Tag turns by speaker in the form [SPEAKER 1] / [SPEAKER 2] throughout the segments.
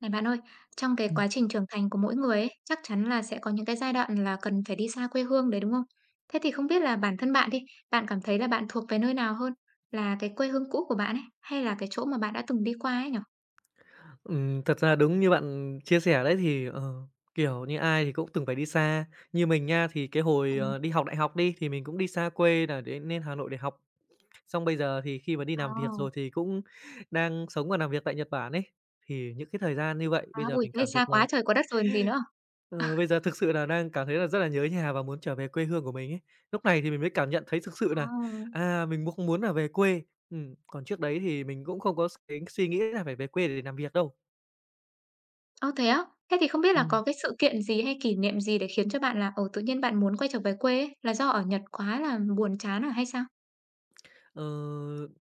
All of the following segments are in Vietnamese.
[SPEAKER 1] Này bạn ơi, trong cái
[SPEAKER 2] Ừm,
[SPEAKER 1] quá trình trưởng thành của mỗi người ấy, chắc chắn là sẽ có những cái giai đoạn là cần phải đi xa quê hương đấy, đúng không? Thế thì không biết là bản thân bạn đi, bạn cảm thấy là bạn thuộc về nơi nào hơn? Là cái quê hương cũ của bạn ấy, hay là cái chỗ mà bạn đã từng đi qua ấy nhỉ?
[SPEAKER 2] ừm, Thật ra đúng như bạn chia sẻ đấy thì, kiểu như, ai thì cũng từng phải đi xa. Như mình nha, thì cái hồi,
[SPEAKER 1] Ừm,
[SPEAKER 2] đi học đại học đi, thì mình cũng đi xa quê là đến lên Hà Nội để học. Xong bây giờ thì khi mà đi
[SPEAKER 1] ờ,
[SPEAKER 2] làm việc rồi thì cũng đang sống và làm việc tại Nhật Bản ấy, thì những cái thời gian như vậy bây
[SPEAKER 1] đó.
[SPEAKER 2] giờ
[SPEAKER 1] Ôi,
[SPEAKER 2] mình
[SPEAKER 1] thế thì
[SPEAKER 2] cảm
[SPEAKER 1] xa
[SPEAKER 2] thực là
[SPEAKER 1] quá trời quá đất rồi còn gì nữa.
[SPEAKER 2] ừ, bây giờ thực sự là đang cảm thấy là rất là nhớ nhà và muốn trở về quê hương của mình ấy. Lúc này thì mình mới cảm nhận thấy thực sự
[SPEAKER 1] Ờ.
[SPEAKER 2] là à, mình mong muốn là về quê. Còn trước đấy thì mình cũng không có cái suy nghĩ là phải về quê để làm việc đâu.
[SPEAKER 1] Ơ, thế á? Thế thì không biết là
[SPEAKER 2] Ừm,
[SPEAKER 1] có cái sự kiện gì hay kỷ niệm gì để khiến cho bạn là, tự nhiên bạn muốn quay trở về quê ấy, là do ở Nhật quá là buồn chán à hay sao?
[SPEAKER 2] ờ,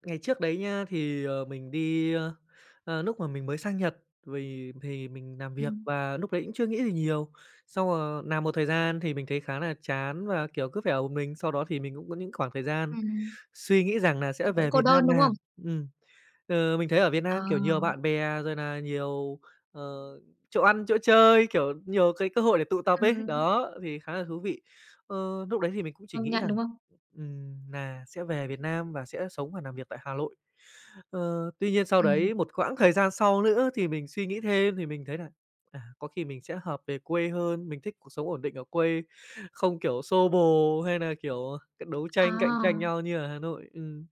[SPEAKER 2] ngày trước đấy nha, thì, mình đi, núc mà mình mới sang Nhật vì thì mình làm việc
[SPEAKER 1] Ừm,
[SPEAKER 2] và lúc đấy cũng chưa nghĩ gì nhiều. Sau làm một thời gian thì mình thấy khá là chán và, kiểu, cứ phải ở một mình, sau đó thì mình cũng có những khoảng thời gian
[SPEAKER 1] ừm.
[SPEAKER 2] suy nghĩ rằng là
[SPEAKER 1] Kiểu
[SPEAKER 2] sẽ
[SPEAKER 1] cũng
[SPEAKER 2] về
[SPEAKER 1] cô
[SPEAKER 2] Việt
[SPEAKER 1] đơn,
[SPEAKER 2] Nam
[SPEAKER 1] đúng không?
[SPEAKER 2] làm. Ừm. Ừ, mình thấy ở Việt
[SPEAKER 1] Ờ.
[SPEAKER 2] Nam, kiểu, nhiều bạn bè rồi là nhiều, ờ, chỗ ăn, chỗ chơi, kiểu, nhiều cái cơ hội để tụ tập ấy,
[SPEAKER 1] Ừm,
[SPEAKER 2] đó, thì khá là thú vị. Núc đấy thì mình cũng chỉ
[SPEAKER 1] công
[SPEAKER 2] nghĩ
[SPEAKER 1] nhận, đúng
[SPEAKER 2] rằng,
[SPEAKER 1] không?
[SPEAKER 2] nà sẽ về Việt Nam và sẽ sống và làm việc tại Hà Nội. Tuy nhiên sau
[SPEAKER 1] Ừm.
[SPEAKER 2] đấy một quãng thời gian sau nữa thì mình suy nghĩ thêm thì mình thấy là, à, có khi mình sẽ hợp về quê hơn, mình thích cuộc sống ổn định ở quê, không, kiểu, xô bồ hay là kiểu, cái đấu tranh, cạnh tranh
[SPEAKER 1] À,
[SPEAKER 2] nhau như ở Hà Nội. Ừm.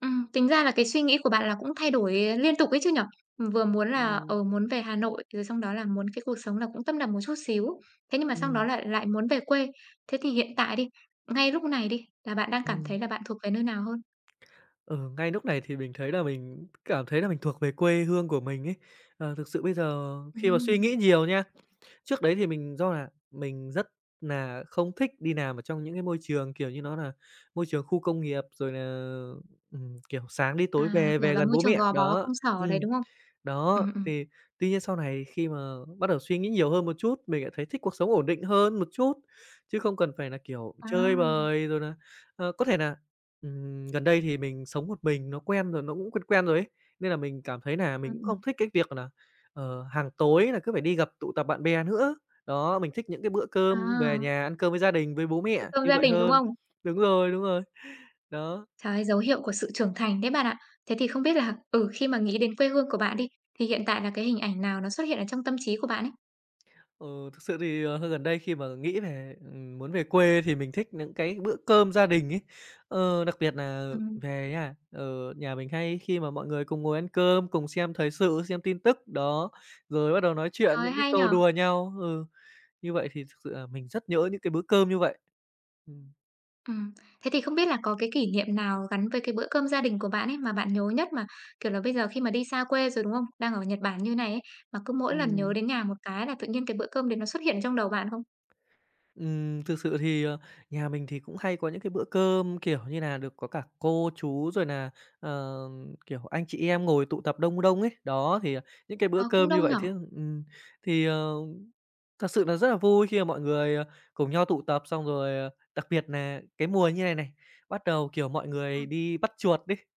[SPEAKER 1] tính ra là cái suy nghĩ của bạn là cũng thay đổi liên tục ấy chứ nhỉ? Vừa muốn là,
[SPEAKER 2] Ừm.
[SPEAKER 1] muốn về Hà Nội, rồi xong đó là muốn cái cuộc sống là cũng tấp nập một chút xíu, thế nhưng mà xong đó
[SPEAKER 2] Ừm.
[SPEAKER 1] lại lại muốn về quê. Thế thì hiện tại đi, ngay lúc này đi, là bạn đang cảm thấy
[SPEAKER 2] Ừm.
[SPEAKER 1] là bạn thuộc về nơi nào hơn?
[SPEAKER 2] Ừ, ngay lúc này thì mình thấy là mình cảm thấy là mình thuộc về quê hương của mình ấy. Thực sự bây giờ khi mà suy nghĩ
[SPEAKER 1] Ừm.
[SPEAKER 2] nhiều nha, trước đấy thì mình do là mình rất là không thích đi làm ở trong những cái môi trường, kiểu như, nó là môi trường khu công nghiệp, rồi là kiểu, sáng đi tối
[SPEAKER 1] À,
[SPEAKER 2] về,
[SPEAKER 1] kiểu
[SPEAKER 2] về
[SPEAKER 1] là,
[SPEAKER 2] gần
[SPEAKER 1] môi
[SPEAKER 2] bố
[SPEAKER 1] trường
[SPEAKER 2] mẹ,
[SPEAKER 1] gò bó
[SPEAKER 2] đó.
[SPEAKER 1] công sở đấy,
[SPEAKER 2] Ừm.
[SPEAKER 1] đúng không?
[SPEAKER 2] Đó,
[SPEAKER 1] Ừm, ừm.
[SPEAKER 2] thì tuy nhiên sau này khi mà bắt đầu suy nghĩ nhiều hơn một chút, mình lại thấy thích cuộc sống ổn định hơn một chút, chứ không cần phải là, kiểu,
[SPEAKER 1] À,
[SPEAKER 2] chơi bời rồi nà có thể nà, gần đây thì mình sống một mình nó quen rồi, nó cũng quen quen rồi ấy, nên là mình cảm thấy nà mình
[SPEAKER 1] ừm,
[SPEAKER 2] cũng không
[SPEAKER 1] ừm,
[SPEAKER 2] thích cái việc là, hàng tối là cứ phải đi gặp tụ tập bạn bè nữa. Đó, mình thích những cái bữa cơm về
[SPEAKER 1] à,
[SPEAKER 2] nhà ăn cơm với gia đình, với bố mẹ
[SPEAKER 1] địa
[SPEAKER 2] như
[SPEAKER 1] gia
[SPEAKER 2] vậy
[SPEAKER 1] đình, đúng
[SPEAKER 2] hơn.
[SPEAKER 1] không?
[SPEAKER 2] Đúng rồi, đó.
[SPEAKER 1] Trời, dấu hiệu của sự trưởng thành đấy bạn ạ. Thế thì không biết là, khi mà nghĩ đến quê hương của bạn đi, thì hiện tại là cái hình ảnh nào nó xuất hiện ở trong tâm trí của bạn ấy?
[SPEAKER 2] Ừ, thực sự thì, gần đây khi mà nghĩ về, muốn về quê thì mình thích những cái bữa cơm gia đình ấy. Đặc biệt là
[SPEAKER 1] Ừm.
[SPEAKER 2] về nhà ở nhà mình hay khi mà mọi người cùng ngồi ăn cơm, cùng xem thời sự, xem tin tức, đó, rồi bắt đầu nói chuyện
[SPEAKER 1] Trời,
[SPEAKER 2] những cái
[SPEAKER 1] hay
[SPEAKER 2] câu
[SPEAKER 1] nhở.
[SPEAKER 2] đùa nhau. Ừ, như vậy thì thực sự là mình rất nhớ những cái bữa cơm như vậy. Ừm.
[SPEAKER 1] Ừm, thế thì không biết là có cái kỷ niệm nào gắn với cái bữa cơm gia đình của bạn ấy mà bạn nhớ nhất mà, kiểu là, bây giờ khi mà đi xa quê rồi, đúng không? Đang ở Nhật Bản như này ấy, mà cứ mỗi lần nhớ
[SPEAKER 2] Ừm.
[SPEAKER 1] đến nhà một cái là tự nhiên cái bữa cơm đấy nó xuất hiện trong đầu bạn không?
[SPEAKER 2] Thực sự thì, nhà mình thì cũng hay có những cái bữa cơm, kiểu như là được có cả cô chú rồi là ờ, kiểu, anh chị em ngồi tụ tập đông đông ấy. Đó, những cái
[SPEAKER 1] Ờ,
[SPEAKER 2] bữa
[SPEAKER 1] cũng
[SPEAKER 2] cơm như
[SPEAKER 1] đông nhỉ?
[SPEAKER 2] vậy thì thật sự là rất là vui khi mà mọi người, cùng nhau tụ tập xong rồi, đặc biệt là cái mùa như này này, bắt đầu, kiểu, mọi người
[SPEAKER 1] Ừm,
[SPEAKER 2] đi bắt chuột đi,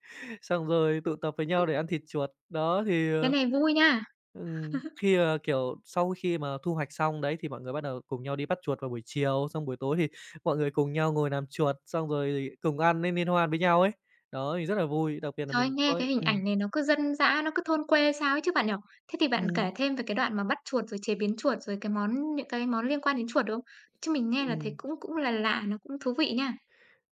[SPEAKER 2] xong rồi tụ tập với
[SPEAKER 1] ôi,
[SPEAKER 2] nhau để ăn thịt chuột. Đó, thì,
[SPEAKER 1] cái này vui nha!
[SPEAKER 2] Khi, kiểu, sau khi mà thu hoạch xong đấy thì mọi người bắt đầu cùng nhau đi bắt chuột vào buổi chiều, xong buổi tối thì mọi người cùng nhau ngồi làm chuột, xong rồi thì cùng ăn lên liên hoan với nhau ấy. Đó, thì rất là vui, đặc biệt là
[SPEAKER 1] Trời ơi,
[SPEAKER 2] mình
[SPEAKER 1] nghe
[SPEAKER 2] có
[SPEAKER 1] cái hình
[SPEAKER 2] ừm,
[SPEAKER 1] ảnh này nó cứ dân dã, nó cứ thôn quê sao ấy chứ bạn nhỉ? Thế thì bạn kể
[SPEAKER 2] ừm,
[SPEAKER 1] thêm về cái đoạn mà bắt chuột rồi chế biến chuột, rồi cái món những cái món liên quan đến chuột được không? Chứ mình nghe là thấy
[SPEAKER 2] ừm.
[SPEAKER 1] cũng cũng là lạ, nó cũng thú vị nha.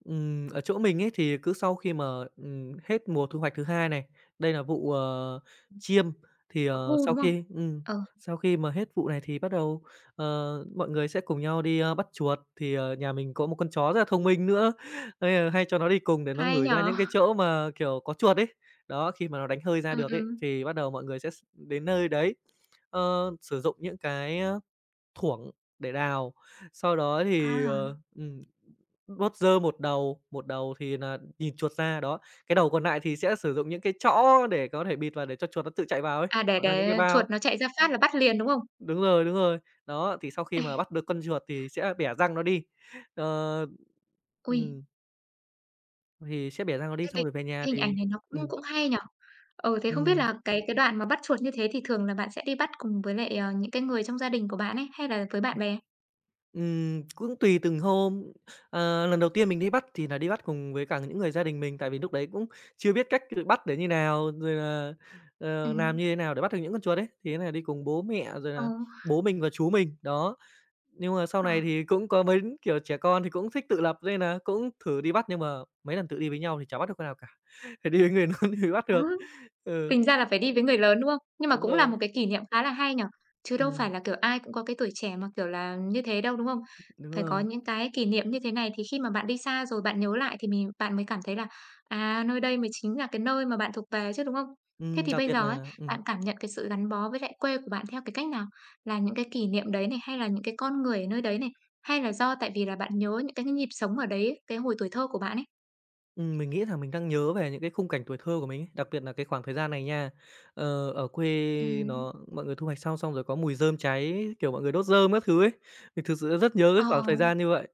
[SPEAKER 2] Ở chỗ mình ấy thì cứ sau khi mà, hết mùa thu hoạch thứ 2 này, đây là vụ, chiêm, thì,
[SPEAKER 1] Chuột hu,
[SPEAKER 2] sau
[SPEAKER 1] đúng không?
[SPEAKER 2] khi ừm,
[SPEAKER 1] Ờ,
[SPEAKER 2] sau khi mà hết vụ này thì bắt đầu, ờ, mọi người sẽ cùng nhau đi, bắt chuột. Thì, nhà mình có một con chó rất là thông minh nữa, nên là hay cho nó đi cùng để nó
[SPEAKER 1] hay
[SPEAKER 2] ngửi
[SPEAKER 1] nhỉ?
[SPEAKER 2] ra những cái chỗ mà, kiểu, có chuột ấy. Đó, khi mà nó đánh hơi ra
[SPEAKER 1] Ừm,
[SPEAKER 2] được ấy,
[SPEAKER 1] ừm.
[SPEAKER 2] thì bắt đầu mọi người sẽ đến nơi đấy, sử dụng những cái, thuổng để đào, sau đó thì,
[SPEAKER 1] À,
[SPEAKER 2] đốt rơ một đầu thì là nhìn chuột ra, đó. Cái đầu còn lại thì sẽ sử dụng những cái chõ để có thể bịt vào để cho chuột nó tự chạy vào ấy,
[SPEAKER 1] à, để
[SPEAKER 2] hoặc là những cái
[SPEAKER 1] để
[SPEAKER 2] bao.
[SPEAKER 1] chuột nó chạy ra phát là bắt liền, đúng không?
[SPEAKER 2] Đúng rồi, đúng rồi. Đó, thì sau khi mà bắt được con chuột thì sẽ bẻ răng nó đi. Ờ,
[SPEAKER 1] Ui,
[SPEAKER 2] ừm, thì sẽ bẻ răng nó đi
[SPEAKER 1] thế thì
[SPEAKER 2] xong rồi về
[SPEAKER 1] cái
[SPEAKER 2] nhà
[SPEAKER 1] hình
[SPEAKER 2] thì
[SPEAKER 1] ảnh này nó cũng
[SPEAKER 2] ừm,
[SPEAKER 1] cũng hay nhở? Ừ, thế không biết
[SPEAKER 2] ừm.
[SPEAKER 1] là cái đoạn mà bắt chuột như thế thì thường là bạn sẽ đi bắt cùng với lại, những cái người trong gia đình của bạn ấy, hay là với bạn bè?
[SPEAKER 2] Cũng tùy từng hôm. Lần đầu tiên mình đi bắt thì là đi bắt cùng với cả những người gia đình mình, tại vì lúc đấy cũng chưa biết cách tự bắt để như nào, rồi là, làm
[SPEAKER 1] Ừm,
[SPEAKER 2] như thế nào để bắt được những con chuột ấy, thì thế nà đi cùng bố mẹ, rồi
[SPEAKER 1] ờ,
[SPEAKER 2] là bố mình và chú mình, đó. Nhưng mà sau
[SPEAKER 1] ờ.
[SPEAKER 2] này thì cũng có mấy kiểu, trẻ con thì cũng thích tự lập nên nà cũng thử đi bắt, nhưng mà mấy lần tự đi với nhau thì chả bắt được con nào cả, phải đi với người lớn thì mới bắt
[SPEAKER 1] Á,
[SPEAKER 2] được. Ừ,
[SPEAKER 1] tính ra là phải đi với người lớn, đúng không? Nhưng mà
[SPEAKER 2] đúng
[SPEAKER 1] cũng là một
[SPEAKER 2] rồi,
[SPEAKER 1] cái kỷ niệm khá là hay nhở. Chứ đâu phải
[SPEAKER 2] ừm,
[SPEAKER 1] là, kiểu, ai cũng có cái tuổi trẻ mà, kiểu là, như thế đâu, đúng không?
[SPEAKER 2] đúng
[SPEAKER 1] Phải có
[SPEAKER 2] rồi.
[SPEAKER 1] những cái kỷ niệm như thế này thì khi mà bạn đi xa rồi bạn nhớ lại thì mình bạn mới cảm thấy là, à, nơi đây mới chính là cái nơi mà bạn thuộc về chứ, đúng không? Thế thì
[SPEAKER 2] Đặc
[SPEAKER 1] bây
[SPEAKER 2] biệt
[SPEAKER 1] giờ ấy,
[SPEAKER 2] nà.
[SPEAKER 1] bạn cảm nhận cái sự gắn bó với lại quê của bạn theo cái cách nào? Là những cái kỷ niệm đấy này, hay là những cái con người ở nơi đấy này, hay là do tại vì là bạn nhớ những cái nhịp sống ở đấy, cái hồi tuổi thơ của bạn ấy?
[SPEAKER 2] Mình nghĩ là mình đang nhớ về những cái khung cảnh tuổi thơ của mình ấy, đặc biệt là cái khoảng thời gian này nha. Ở quê
[SPEAKER 1] Ừm.
[SPEAKER 2] nó mọi người thu hoạch xong xong rồi có mùi rơm cháy, kiểu, mọi người đốt rơm các thứ ấy, mình thực sự rất nhớ
[SPEAKER 1] Ờ,
[SPEAKER 2] cái khoảng
[SPEAKER 1] ờ.
[SPEAKER 2] thời gian như vậy.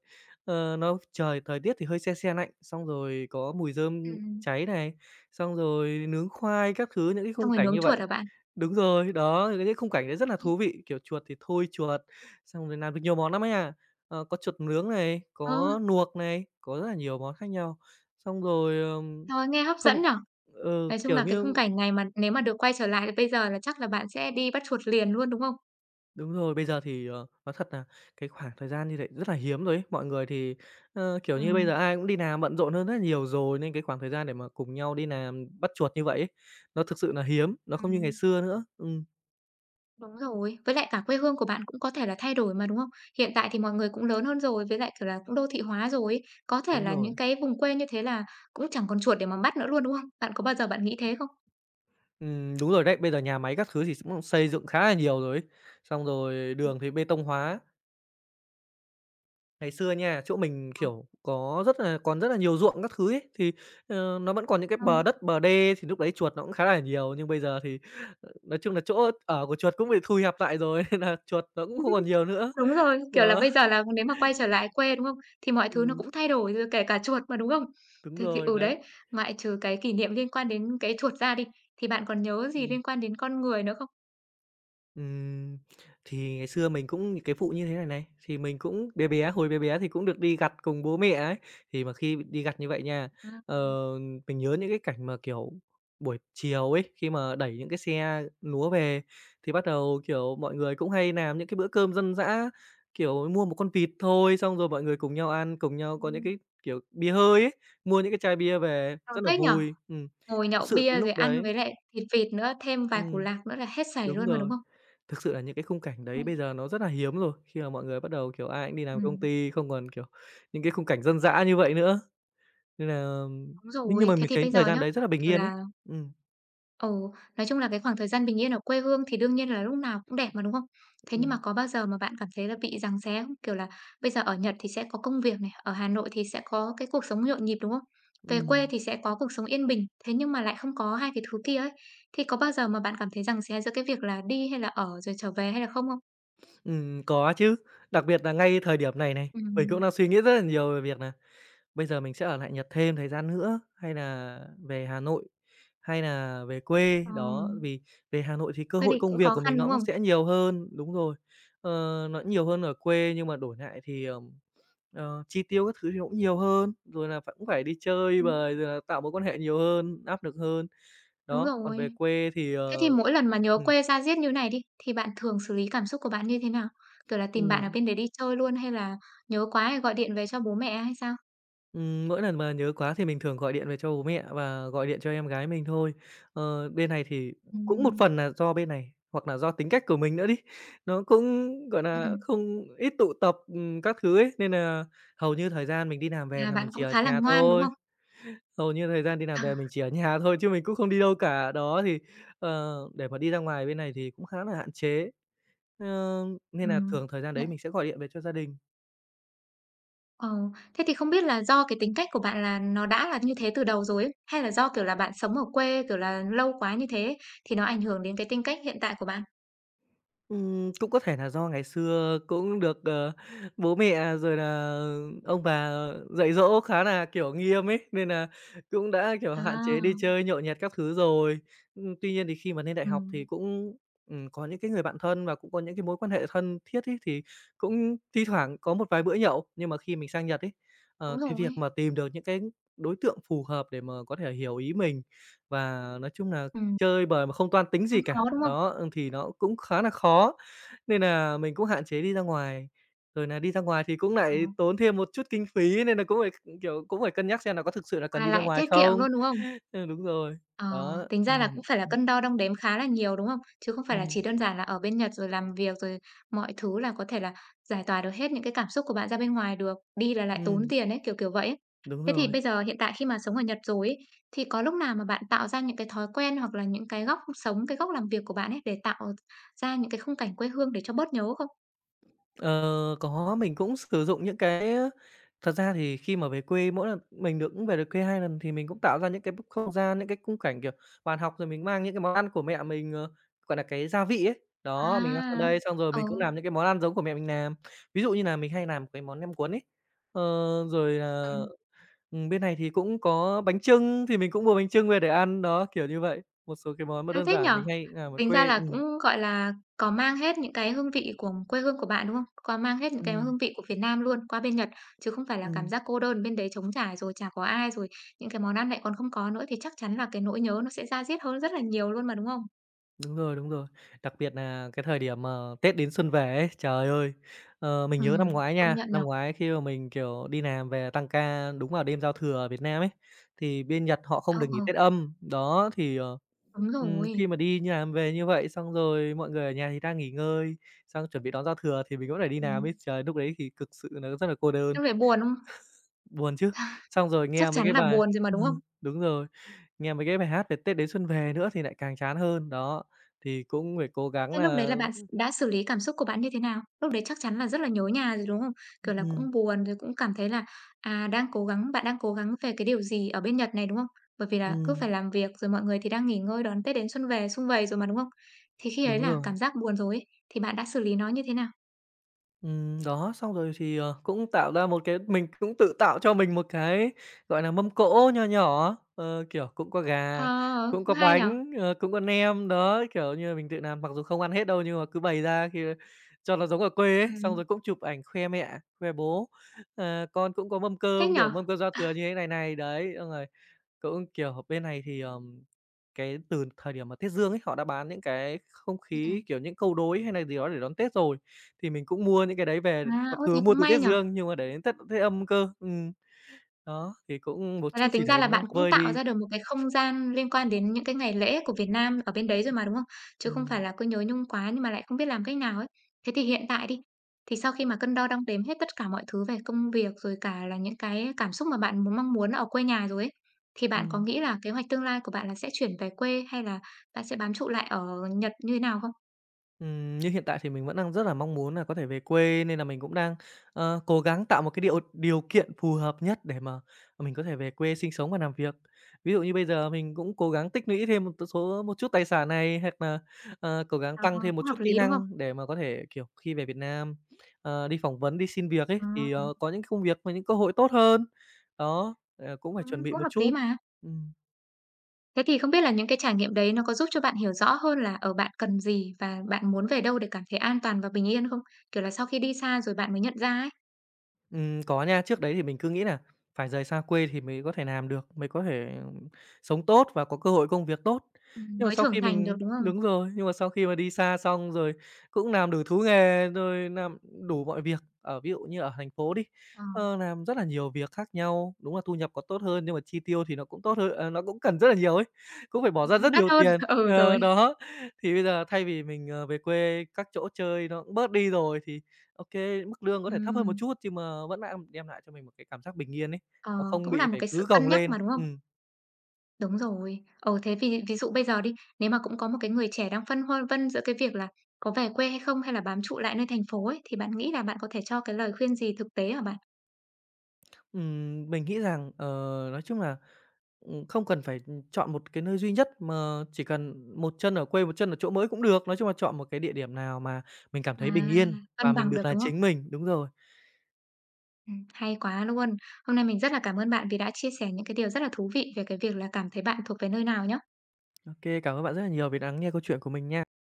[SPEAKER 2] Nó trời thời tiết thì hơi se se lạnh, xong rồi có mùi rơm
[SPEAKER 1] Ừm.
[SPEAKER 2] cháy này, xong rồi nướng khoai các thứ, những cái
[SPEAKER 1] Xong
[SPEAKER 2] khung
[SPEAKER 1] rồi
[SPEAKER 2] cảnh
[SPEAKER 1] nướng
[SPEAKER 2] như vậy.
[SPEAKER 1] chuột hả bạn?
[SPEAKER 2] Đúng rồi, đó, thì cái khung cảnh đấy rất là thú vị, kiểu, chuột thì thôi chuột, xong rồi làm được nhiều món lắm ấy à. Có chuột nướng này,
[SPEAKER 1] Ờ,
[SPEAKER 2] có luộc này, có rất là nhiều món khác nhau. Xong rồi,
[SPEAKER 1] trời, nghe hấp
[SPEAKER 2] không
[SPEAKER 1] dẫn nhỉ? Nói chung
[SPEAKER 2] kiểu
[SPEAKER 1] là cái khung
[SPEAKER 2] như
[SPEAKER 1] cảnh này mà nếu mà được quay trở lại thì bây giờ là chắc là bạn sẽ đi bắt chuột liền luôn, đúng không?
[SPEAKER 2] đúng rồi, bây giờ thì, nói thật là cái khoảng thời gian như vậy rất là hiếm rồi ấy. Mọi người thì, kiểu như, bây giờ
[SPEAKER 1] Ừm.
[SPEAKER 2] ai cũng đi làm bận rộn hơn rất là nhiều rồi, nên cái khoảng thời gian để mà cùng nhau đi làm bắt chuột như vậy ấy, nó thực sự là hiếm, nó không như ngày
[SPEAKER 1] Ừm,
[SPEAKER 2] xưa nữa.
[SPEAKER 1] đúng rồi. Với lại cả quê hương của bạn cũng có thể là thay đổi mà, đúng không? Hiện tại thì mọi người cũng lớn hơn rồi, với lại, kiểu là, cũng đô thị hóa rồi ấy. Có thể
[SPEAKER 2] Đúng
[SPEAKER 1] là
[SPEAKER 2] rồi.
[SPEAKER 1] những cái vùng quê như thế là cũng chẳng còn chuột để mà bắt nữa luôn, đúng không? Bạn có bao giờ bạn nghĩ thế không?
[SPEAKER 2] Đúng rồi đấy. Bây giờ nhà máy các thứ thì cũng xây dựng khá là nhiều rồi ấy. Xong rồi
[SPEAKER 1] Ừm.
[SPEAKER 2] đường thì bê tông hóa. Ngày xưa nha, chỗ mình,
[SPEAKER 1] Ờ.
[SPEAKER 2] kiểu, có rất là còn rất là nhiều ruộng các thứ ấy, thì, nó vẫn còn những cái
[SPEAKER 1] Ờ.
[SPEAKER 2] bờ đất, bờ đê thì lúc đấy chuột nó cũng khá là nhiều. Nhưng bây giờ thì, nói chung là chỗ ở của chuột cũng bị thu hẹp lại rồi, nên là chuột nó cũng không còn nhiều nữa.
[SPEAKER 1] Đúng rồi, kiểu là,
[SPEAKER 2] Đó,
[SPEAKER 1] bây giờ là nếu mà quay trở lại quê, đúng không? Thì mọi thứ nó
[SPEAKER 2] ừm,
[SPEAKER 1] cũng thay đổi rồi, kể cả chuột mà, đúng không?
[SPEAKER 2] đúng
[SPEAKER 1] Thế thì
[SPEAKER 2] rồi, đấy.
[SPEAKER 1] đấy, ngoại trừ cái kỷ niệm liên quan đến cái chuột ra đi, thì bạn còn nhớ gì
[SPEAKER 2] Ừm.
[SPEAKER 1] liên quan đến con người nữa không?
[SPEAKER 2] Ừm, thì ngày xưa mình cũng những cái vụ như thế này này, thì mình cũng bé bé, hồi bé bé thì cũng được đi gặt cùng bố mẹ ấy. Thì mà khi đi gặt như vậy nha, ờ,
[SPEAKER 1] Ừm,
[SPEAKER 2] mình nhớ những cái cảnh mà, kiểu, buổi chiều ấy, khi mà đẩy những cái xe lúa về thì bắt đầu, kiểu, mọi người cũng hay làm những cái bữa cơm dân dã, kiểu, mua một con vịt thôi, xong rồi mọi người cùng nhau ăn, cùng nhau có những
[SPEAKER 1] ừm.
[SPEAKER 2] cái, kiểu, bia hơi ấy, mua những cái chai bia về
[SPEAKER 1] Ờ,
[SPEAKER 2] rất là
[SPEAKER 1] thích nhỉ?
[SPEAKER 2] vui.
[SPEAKER 1] Ngồi nhậu
[SPEAKER 2] Thực sự cái
[SPEAKER 1] bia rồi
[SPEAKER 2] lúc
[SPEAKER 1] ăn
[SPEAKER 2] đấy
[SPEAKER 1] với lại thịt vịt nữa, thêm vài củ
[SPEAKER 2] ừm,
[SPEAKER 1] lạc nữa là hết sảy
[SPEAKER 2] đúng
[SPEAKER 1] luôn mà, đúng
[SPEAKER 2] rồi.
[SPEAKER 1] không?
[SPEAKER 2] Thực sự là những cái khung cảnh đấy
[SPEAKER 1] Ừm,
[SPEAKER 2] bây giờ nó rất là hiếm rồi, khi mà mọi người bắt đầu, kiểu, ai cũng đi làm công
[SPEAKER 1] ừm.
[SPEAKER 2] ty, không còn, kiểu, những cái khung cảnh dân dã như vậy nữa, nên là
[SPEAKER 1] Đúng
[SPEAKER 2] thế nhưng
[SPEAKER 1] rồi,
[SPEAKER 2] mà
[SPEAKER 1] thế
[SPEAKER 2] mình
[SPEAKER 1] thì
[SPEAKER 2] thấy
[SPEAKER 1] bây
[SPEAKER 2] thời
[SPEAKER 1] giờ
[SPEAKER 2] gian
[SPEAKER 1] nhá,
[SPEAKER 2] đấy rất là bình
[SPEAKER 1] kiểu
[SPEAKER 2] yên ấy.
[SPEAKER 1] là.
[SPEAKER 2] Ừm,
[SPEAKER 1] Ồ, nói chung là cái khoảng thời gian bình yên ở quê hương thì đương nhiên là lúc nào cũng đẹp mà, đúng không? Thế nhưng mà
[SPEAKER 2] ừm,
[SPEAKER 1] có bao giờ mà bạn cảm thấy là bị giằng xé không? Kiểu là bây giờ ở Nhật thì sẽ có công việc này, ở Hà Nội thì sẽ có cái cuộc sống nhộn nhịp, đúng không? Về quê
[SPEAKER 2] ừm,
[SPEAKER 1] thì sẽ có cuộc sống yên bình, thế nhưng mà lại không có hai cái thứ kia ấy. Thì có bao giờ mà bạn cảm thấy giằng xé giữa cái việc là đi hay là ở rồi trở về hay là không không?
[SPEAKER 2] có chứ, đặc biệt là ngay thời điểm này này, mình
[SPEAKER 1] Ừm.
[SPEAKER 2] cũng đang suy nghĩ rất là nhiều về việc nà. Bây giờ mình sẽ ở lại Nhật thêm thời gian nữa, hay là về Hà Nội, hay là về quê,
[SPEAKER 1] Ờ,
[SPEAKER 2] đó, vì về Hà Nội thì cơ
[SPEAKER 1] quyết
[SPEAKER 2] hội
[SPEAKER 1] định
[SPEAKER 2] công
[SPEAKER 1] cũng
[SPEAKER 2] việc
[SPEAKER 1] khó
[SPEAKER 2] của mình
[SPEAKER 1] khăn,
[SPEAKER 2] nó
[SPEAKER 1] đúng
[SPEAKER 2] cũng
[SPEAKER 1] không?
[SPEAKER 2] sẽ nhiều hơn đúng rồi, ờ, nó nhiều hơn ở quê nhưng mà đổi lại thì, chi tiêu các thứ thì nó cũng nhiều hơn, rồi là phải cũng phải đi chơi
[SPEAKER 1] Ừm,
[SPEAKER 2] bời, rồi là tạo mối quan hệ nhiều hơn, áp lực hơn.
[SPEAKER 1] đúng
[SPEAKER 2] Đó, còn về
[SPEAKER 1] rồi.
[SPEAKER 2] quê thì,
[SPEAKER 1] Thế thì mỗi lần mà nhớ
[SPEAKER 2] ừm,
[SPEAKER 1] quê ra diết như này đi, thì bạn thường xử lý cảm xúc của bạn như thế nào? Kiểu là tìm bạn ở
[SPEAKER 2] ừm.
[SPEAKER 1] bên đấy đi chơi luôn hay là nhớ quá thì gọi điện về cho bố mẹ hay sao?
[SPEAKER 2] Mỗi lần mà nhớ quá thì mình thường gọi điện về cho bố mẹ và gọi điện cho em gái mình thôi. Ờ, bên này thì cũng một
[SPEAKER 1] Ừm.
[SPEAKER 2] phần là do bên này, hoặc là do tính cách của mình nữa đi, nó cũng, gọi
[SPEAKER 1] Ừm,
[SPEAKER 2] là,
[SPEAKER 1] ừm,
[SPEAKER 2] không ít tụ tập, các thứ ấy, nên là hầu như thời gian mình đi làm về
[SPEAKER 1] là
[SPEAKER 2] là mình
[SPEAKER 1] bạn
[SPEAKER 2] chỉ
[SPEAKER 1] cũng
[SPEAKER 2] ở
[SPEAKER 1] khá là
[SPEAKER 2] nhà
[SPEAKER 1] ngoan, đúng
[SPEAKER 2] thôi.
[SPEAKER 1] không?
[SPEAKER 2] Hầu như thời gian đi làm
[SPEAKER 1] À,
[SPEAKER 2] về mình chỉ ở nhà thôi chứ mình cũng không đi đâu cả. Đó, thì, để mà đi ra ngoài bên này thì cũng khá là hạn chế, ơ, nên là
[SPEAKER 1] ừm,
[SPEAKER 2] thường thời gian
[SPEAKER 1] dạ,
[SPEAKER 2] đấy mình sẽ gọi điện về cho gia đình.
[SPEAKER 1] ờ, thế thì không biết là do cái tính cách của bạn là nó đã là như thế từ đầu rồi ấy, hay là do, kiểu là, bạn sống ở quê, kiểu là, lâu quá như thế ấy, thì nó ảnh hưởng đến cái tính cách hiện tại của bạn?
[SPEAKER 2] Cũng có thể là do ngày xưa cũng được, bố mẹ rồi là ông bà dạy dỗ khá là kiểu, nghiêm ấy, nên là cũng đã, kiểu, hạn
[SPEAKER 1] À,
[SPEAKER 2] chế đi chơi nhậu nhẹt các thứ rồi. Tuy nhiên thì khi mà lên đại học thì
[SPEAKER 1] ừm,
[SPEAKER 2] cũng, có những cái người bạn thân và cũng có những cái mối quan hệ thân thiết ấy, thì cũng thi thoảng có một vài bữa nhậu. Nhưng mà khi mình sang Nhật ấy,
[SPEAKER 1] đúng
[SPEAKER 2] cái việc
[SPEAKER 1] rồi.
[SPEAKER 2] mà tìm được những cái đối tượng phù hợp để mà có thể hiểu ý mình và nói chung là
[SPEAKER 1] Ừm,
[SPEAKER 2] chơi bời mà không toan tính
[SPEAKER 1] cũng
[SPEAKER 2] gì cả
[SPEAKER 1] khó, đúng không?
[SPEAKER 2] đó, thì nó cũng khá là khó, nên nà mình cũng hạn chế đi ra ngoài. Rồi nà đi ra ngoài thì cũng
[SPEAKER 1] Ờ,
[SPEAKER 2] nại tốn thêm một chút kinh phí nên nà cũng phải, ừ, kiểu, cũng phải cân nhắc xem nà có thực sự là cần
[SPEAKER 1] mà
[SPEAKER 2] đi ra
[SPEAKER 1] lại
[SPEAKER 2] ngoài
[SPEAKER 1] tiết kiệm
[SPEAKER 2] không?
[SPEAKER 1] luôn, đúng không?
[SPEAKER 2] Ừ, đúng rồi.
[SPEAKER 1] Ờ,
[SPEAKER 2] Đó,
[SPEAKER 1] tính ra
[SPEAKER 2] nên
[SPEAKER 1] là
[SPEAKER 2] là
[SPEAKER 1] cũng phải là
[SPEAKER 2] ừm,
[SPEAKER 1] cân đo đong đếm khá là nhiều, đúng không? Chứ không phải là
[SPEAKER 2] ừm,
[SPEAKER 1] chỉ đơn giản là ở bên Nhật rồi làm việc, rồi mọi thứ là có thể là giải tỏa được hết những cái cảm xúc của bạn ra bên ngoài được, đi là lại tốn
[SPEAKER 2] ừm,
[SPEAKER 1] tiền ấy, kiểu vậy ấy.
[SPEAKER 2] đúng
[SPEAKER 1] Thế thì
[SPEAKER 2] rồi.
[SPEAKER 1] bây giờ hiện tại khi mà sống ở Nhật rồi ấy, thì có lúc nào mà bạn tạo ra những cái thói quen hoặc là những cái góc sống, cái góc làm việc của bạn ấy để tạo ra những cái khung cảnh quê hương để cho bớt nhớ không?
[SPEAKER 2] Ờ, có, mình cũng sử dụng những cái thật ra thì khi mà về quê mỗi lần mình được cũng về được quê 2 lần thì mình cũng tạo ra những cái không gian, những cái khung cảnh, kiểu, bàn học rồi mình mang những cái món ăn của mẹ mình, gọi là, cái gia vị ấy. Đó, mình mang sang
[SPEAKER 1] À,
[SPEAKER 2] đây xong rồi
[SPEAKER 1] ờ,
[SPEAKER 2] mình cũng làm những cái món ăn giống của mẹ mình làm. Ví dụ như là mình hay làm cái món nem cuốn ấy. Ờ, rồi là,
[SPEAKER 1] ừm,
[SPEAKER 2] bên này thì cũng có bánh chưng thì mình cũng mua bánh chưng về để ăn, đó, kiểu như vậy. Một số cái món mà
[SPEAKER 1] đã
[SPEAKER 2] đơn
[SPEAKER 1] thế nhỉ?
[SPEAKER 2] giản mình hay làm ở
[SPEAKER 1] Tính ra
[SPEAKER 2] quê.
[SPEAKER 1] là cũng, gọi là, có mang hết những cái hương vị của quê hương của bạn, đúng không? Có mang hết những cái
[SPEAKER 2] Ừm,
[SPEAKER 1] hương vị của Việt Nam luôn qua bên Nhật, chứ không phải là cảm
[SPEAKER 2] ừm.
[SPEAKER 1] giác cô đơn bên đấy trống trải rồi chả có ai, rồi những cái món ăn lại còn không có nữa thì chắc chắn là cái nỗi nhớ nó sẽ da diết hơn rất là nhiều luôn mà, đúng không?
[SPEAKER 2] Đúng rồi, đúng rồi. Đặc biệt nà cái thời điểm mà Tết đến xuân về ấy, trời ơi! Ờ, mình nhớ năm ngoái
[SPEAKER 1] Công
[SPEAKER 2] nha,
[SPEAKER 1] nhận nhỉ?
[SPEAKER 2] năm ngoái khi mà mình, kiểu, đi làm về tăng ca đúng vào đêm giao thừa ở Việt Nam ấy, thì bên Nhật họ
[SPEAKER 1] Ờ,
[SPEAKER 2] không được nghỉ
[SPEAKER 1] ờ,
[SPEAKER 2] Tết âm. Đó, thì,
[SPEAKER 1] đúng rồi.
[SPEAKER 2] khi mà đi như làm về như vậy, xong rồi mọi người ở nhà thì đang nghỉ ngơi, xong chuẩn bị đón giao thừa thì mình vẫn phải đi làm ấy.
[SPEAKER 1] Ừm,
[SPEAKER 2] Trời, lúc đấy thì cực sự nó rất là cô đơn,
[SPEAKER 1] thế về buồn không?
[SPEAKER 2] buồn chứ. Xong rồi
[SPEAKER 1] Chắc
[SPEAKER 2] nghe mấy
[SPEAKER 1] chắn
[SPEAKER 2] cái
[SPEAKER 1] là
[SPEAKER 2] bài
[SPEAKER 1] buồn rồi mà,
[SPEAKER 2] ừ,
[SPEAKER 1] đúng không?
[SPEAKER 2] đúng rồi. Nghe mấy cái bài hát về Tết đến xuân về nữa thì lại càng chán hơn, đó. Thì cũng phải cố gắng
[SPEAKER 1] Thế lúc đấy
[SPEAKER 2] là
[SPEAKER 1] là bạn đã xử lý cảm xúc của bạn như thế nào? Lúc đấy chắc chắn là rất là nhớ nhà rồi, đúng không? Kiểu là,
[SPEAKER 2] ừm,
[SPEAKER 1] cũng buồn rồi cũng cảm thấy là, à, đang cố gắng bạn đang cố gắng về cái điều gì ở bên Nhật này, đúng không? Bởi vì là cứ phải
[SPEAKER 2] ừm,
[SPEAKER 1] làm việc, rồi mọi người thì đang nghỉ ngơi đón Tết đến xuân về, sum vầy rồi mà, đúng không? Thì khi ấy
[SPEAKER 2] đúng
[SPEAKER 1] là
[SPEAKER 2] rồi.
[SPEAKER 1] cảm giác buồn rồi ấy, thì bạn đã xử lý nó như thế nào?
[SPEAKER 2] Đó, xong rồi thì, cũng tạo ra một cái mình cũng tự tạo cho mình một cái, gọi là, mâm cỗ nho nhỏ, kiểu, cũng có gà,
[SPEAKER 1] Ờ,
[SPEAKER 2] cũng
[SPEAKER 1] cũng
[SPEAKER 2] có
[SPEAKER 1] hay nhở?
[SPEAKER 2] bánh, cũng có nem, đó, kiểu như là, mình tự làm mặc dù không ăn hết đâu nhưng mà cứ bày ra khi cho nó giống ở quê ấy,
[SPEAKER 1] Ừm,
[SPEAKER 2] xong rồi cũng chụp ảnh khoe mẹ, khoe bố, "Con cũng có mâm
[SPEAKER 1] thích
[SPEAKER 2] cơm",
[SPEAKER 1] nhỉ?
[SPEAKER 2] kiểu, mâm cơm giao
[SPEAKER 1] Ừm,
[SPEAKER 2] thừa như thế này này, đấy, xong rồi cũng, kiểu, bên này thì, cái từ thời điểm mà Tết Dương ấy, họ đã bán những cái không khí, kiểu, những câu đối hay là gì đó để đón Tết rồi, thì mình cũng mua những cái đấy về,
[SPEAKER 1] À,
[SPEAKER 2] mặc
[SPEAKER 1] ô, thế
[SPEAKER 2] dù mua
[SPEAKER 1] cũng
[SPEAKER 2] từ
[SPEAKER 1] may
[SPEAKER 2] Tết
[SPEAKER 1] nhở.
[SPEAKER 2] Dương nhưng mà để đến Tết Tết Âm cơ. Đó, thì cũng một
[SPEAKER 1] Vậy là
[SPEAKER 2] chút gì
[SPEAKER 1] tính ra
[SPEAKER 2] đấy
[SPEAKER 1] là
[SPEAKER 2] nó
[SPEAKER 1] bạn cũng
[SPEAKER 2] vơi
[SPEAKER 1] tạo
[SPEAKER 2] đi.
[SPEAKER 1] ra được một cái không gian liên quan đến những cái ngày lễ của Việt Nam ở bên đấy rồi mà, đúng không? Chứ không phải
[SPEAKER 2] Ừm,
[SPEAKER 1] là cứ nhớ nhung quá nhưng mà lại không biết làm cách nào ấy. Thế thì hiện tại đi, thì sau khi mà cân đo đong đếm hết tất cả mọi thứ về công việc rồi cả là những cái cảm xúc mà bạn mong muốn ở quê nhà rồi ấy, thì bạn có
[SPEAKER 2] ừm.
[SPEAKER 1] nghĩ là kế hoạch tương lai của bạn là sẽ chuyển về quê hay là bạn sẽ bám trụ lại ở Nhật như thế nào không?
[SPEAKER 2] Như hiện tại thì mình vẫn đang rất là mong muốn là có thể về quê nên là mình cũng đang, cố gắng tạo một cái điều điều kiện phù hợp nhất để mà mình có thể về quê sinh sống và làm việc. Ví dụ như bây giờ mình cũng cố gắng tích lũy thêm một số một chút tài sản này, hoặc là, cố gắng
[SPEAKER 1] Ờ,
[SPEAKER 2] tăng thêm một
[SPEAKER 1] cũng
[SPEAKER 2] chút
[SPEAKER 1] hợp
[SPEAKER 2] kỹ
[SPEAKER 1] lý, đúng không?
[SPEAKER 2] năng để mà có thể, kiểu, khi về Việt Nam, đi phỏng vấn, đi xin việc ấy,
[SPEAKER 1] Ờ,
[SPEAKER 2] thì, có những công việc và những cơ hội tốt hơn. Đó, cũng phải chuẩn bị
[SPEAKER 1] cũng
[SPEAKER 2] một
[SPEAKER 1] hợp
[SPEAKER 2] chút.
[SPEAKER 1] lý mà. Thế thì không biết là những cái trải nghiệm đấy nó có giúp cho bạn hiểu rõ hơn là, ở bạn cần gì và bạn muốn về đâu để cảm thấy an toàn và bình yên không? Kiểu là, sau khi đi xa rồi bạn mới nhận ra ấy.
[SPEAKER 2] Có nha. Trước đấy thì mình cứ nghĩ là phải rời xa quê thì mới có thể làm được, mới có thể sống tốt và có cơ hội công việc tốt.
[SPEAKER 1] Ừm.
[SPEAKER 2] Nhưng mà
[SPEAKER 1] Mới
[SPEAKER 2] sau
[SPEAKER 1] trưởng
[SPEAKER 2] khi
[SPEAKER 1] thành được,
[SPEAKER 2] mình
[SPEAKER 1] đúng không?
[SPEAKER 2] đúng rồi, nhưng mà sau khi mà đi xa xong rồi cũng làm đủ thú nghề, rồi làm đủ mọi việc, ở ví dụ như ở thành phố đi,
[SPEAKER 1] Ờ,
[SPEAKER 2] làm rất là nhiều việc khác nhau. Đúng là thu nhập có tốt hơn nhưng mà chi tiêu thì nó cũng tốt hơn nó cũng cần rất là nhiều ấy, cũng phải bỏ ra
[SPEAKER 1] cũng
[SPEAKER 2] rất
[SPEAKER 1] đắt
[SPEAKER 2] nhiều
[SPEAKER 1] hơn.
[SPEAKER 2] tiền.
[SPEAKER 1] Ừ,
[SPEAKER 2] Ờ,
[SPEAKER 1] rồi.
[SPEAKER 2] đó, thì bây giờ thay vì mình, về quê các chỗ chơi nó cũng bớt đi rồi thì OK, mức lương có thể thấp hơn một
[SPEAKER 1] Ừm,
[SPEAKER 2] chút nhưng mà vẫn lại đem lại cho mình một cái cảm giác bình yên ấy,
[SPEAKER 1] ờ,
[SPEAKER 2] nó không
[SPEAKER 1] cũng là
[SPEAKER 2] bị
[SPEAKER 1] một
[SPEAKER 2] phải
[SPEAKER 1] cái
[SPEAKER 2] cứ
[SPEAKER 1] sự cân
[SPEAKER 2] gồng
[SPEAKER 1] nhắc mà,
[SPEAKER 2] lên.
[SPEAKER 1] đúng không? Đúng rồi. Ờ Thế ví ví dụ bây giờ đi, nếu mà cũng có một cái người trẻ đang phân vân vân giữa cái việc là có về quê hay không hay là bám trụ lại nơi thành phố ấy, thì bạn nghĩ là bạn có thể cho cái lời khuyên gì thực tế hả bạn?
[SPEAKER 2] Mình nghĩ rằng, nói chung là, không cần phải, chọn một cái nơi duy nhất mà chỉ cần một chân ở quê, một chân ở chỗ mới cũng được. Nói chung là chọn một cái địa điểm nào mà mình cảm
[SPEAKER 1] À,
[SPEAKER 2] thấy bình yên
[SPEAKER 1] cân
[SPEAKER 2] và mình
[SPEAKER 1] bằng được,
[SPEAKER 2] được là
[SPEAKER 1] đúng không?
[SPEAKER 2] chính mình. Đúng rồi.
[SPEAKER 1] Hay quá luôn. Hôm nay mình rất là cảm ơn bạn vì đã chia sẻ những cái điều rất là thú vị về cái việc là cảm thấy bạn thuộc về nơi nào nhá.
[SPEAKER 2] OK, cảm ơn bạn rất là nhiều vì đã lắng nghe câu chuyện của mình nha.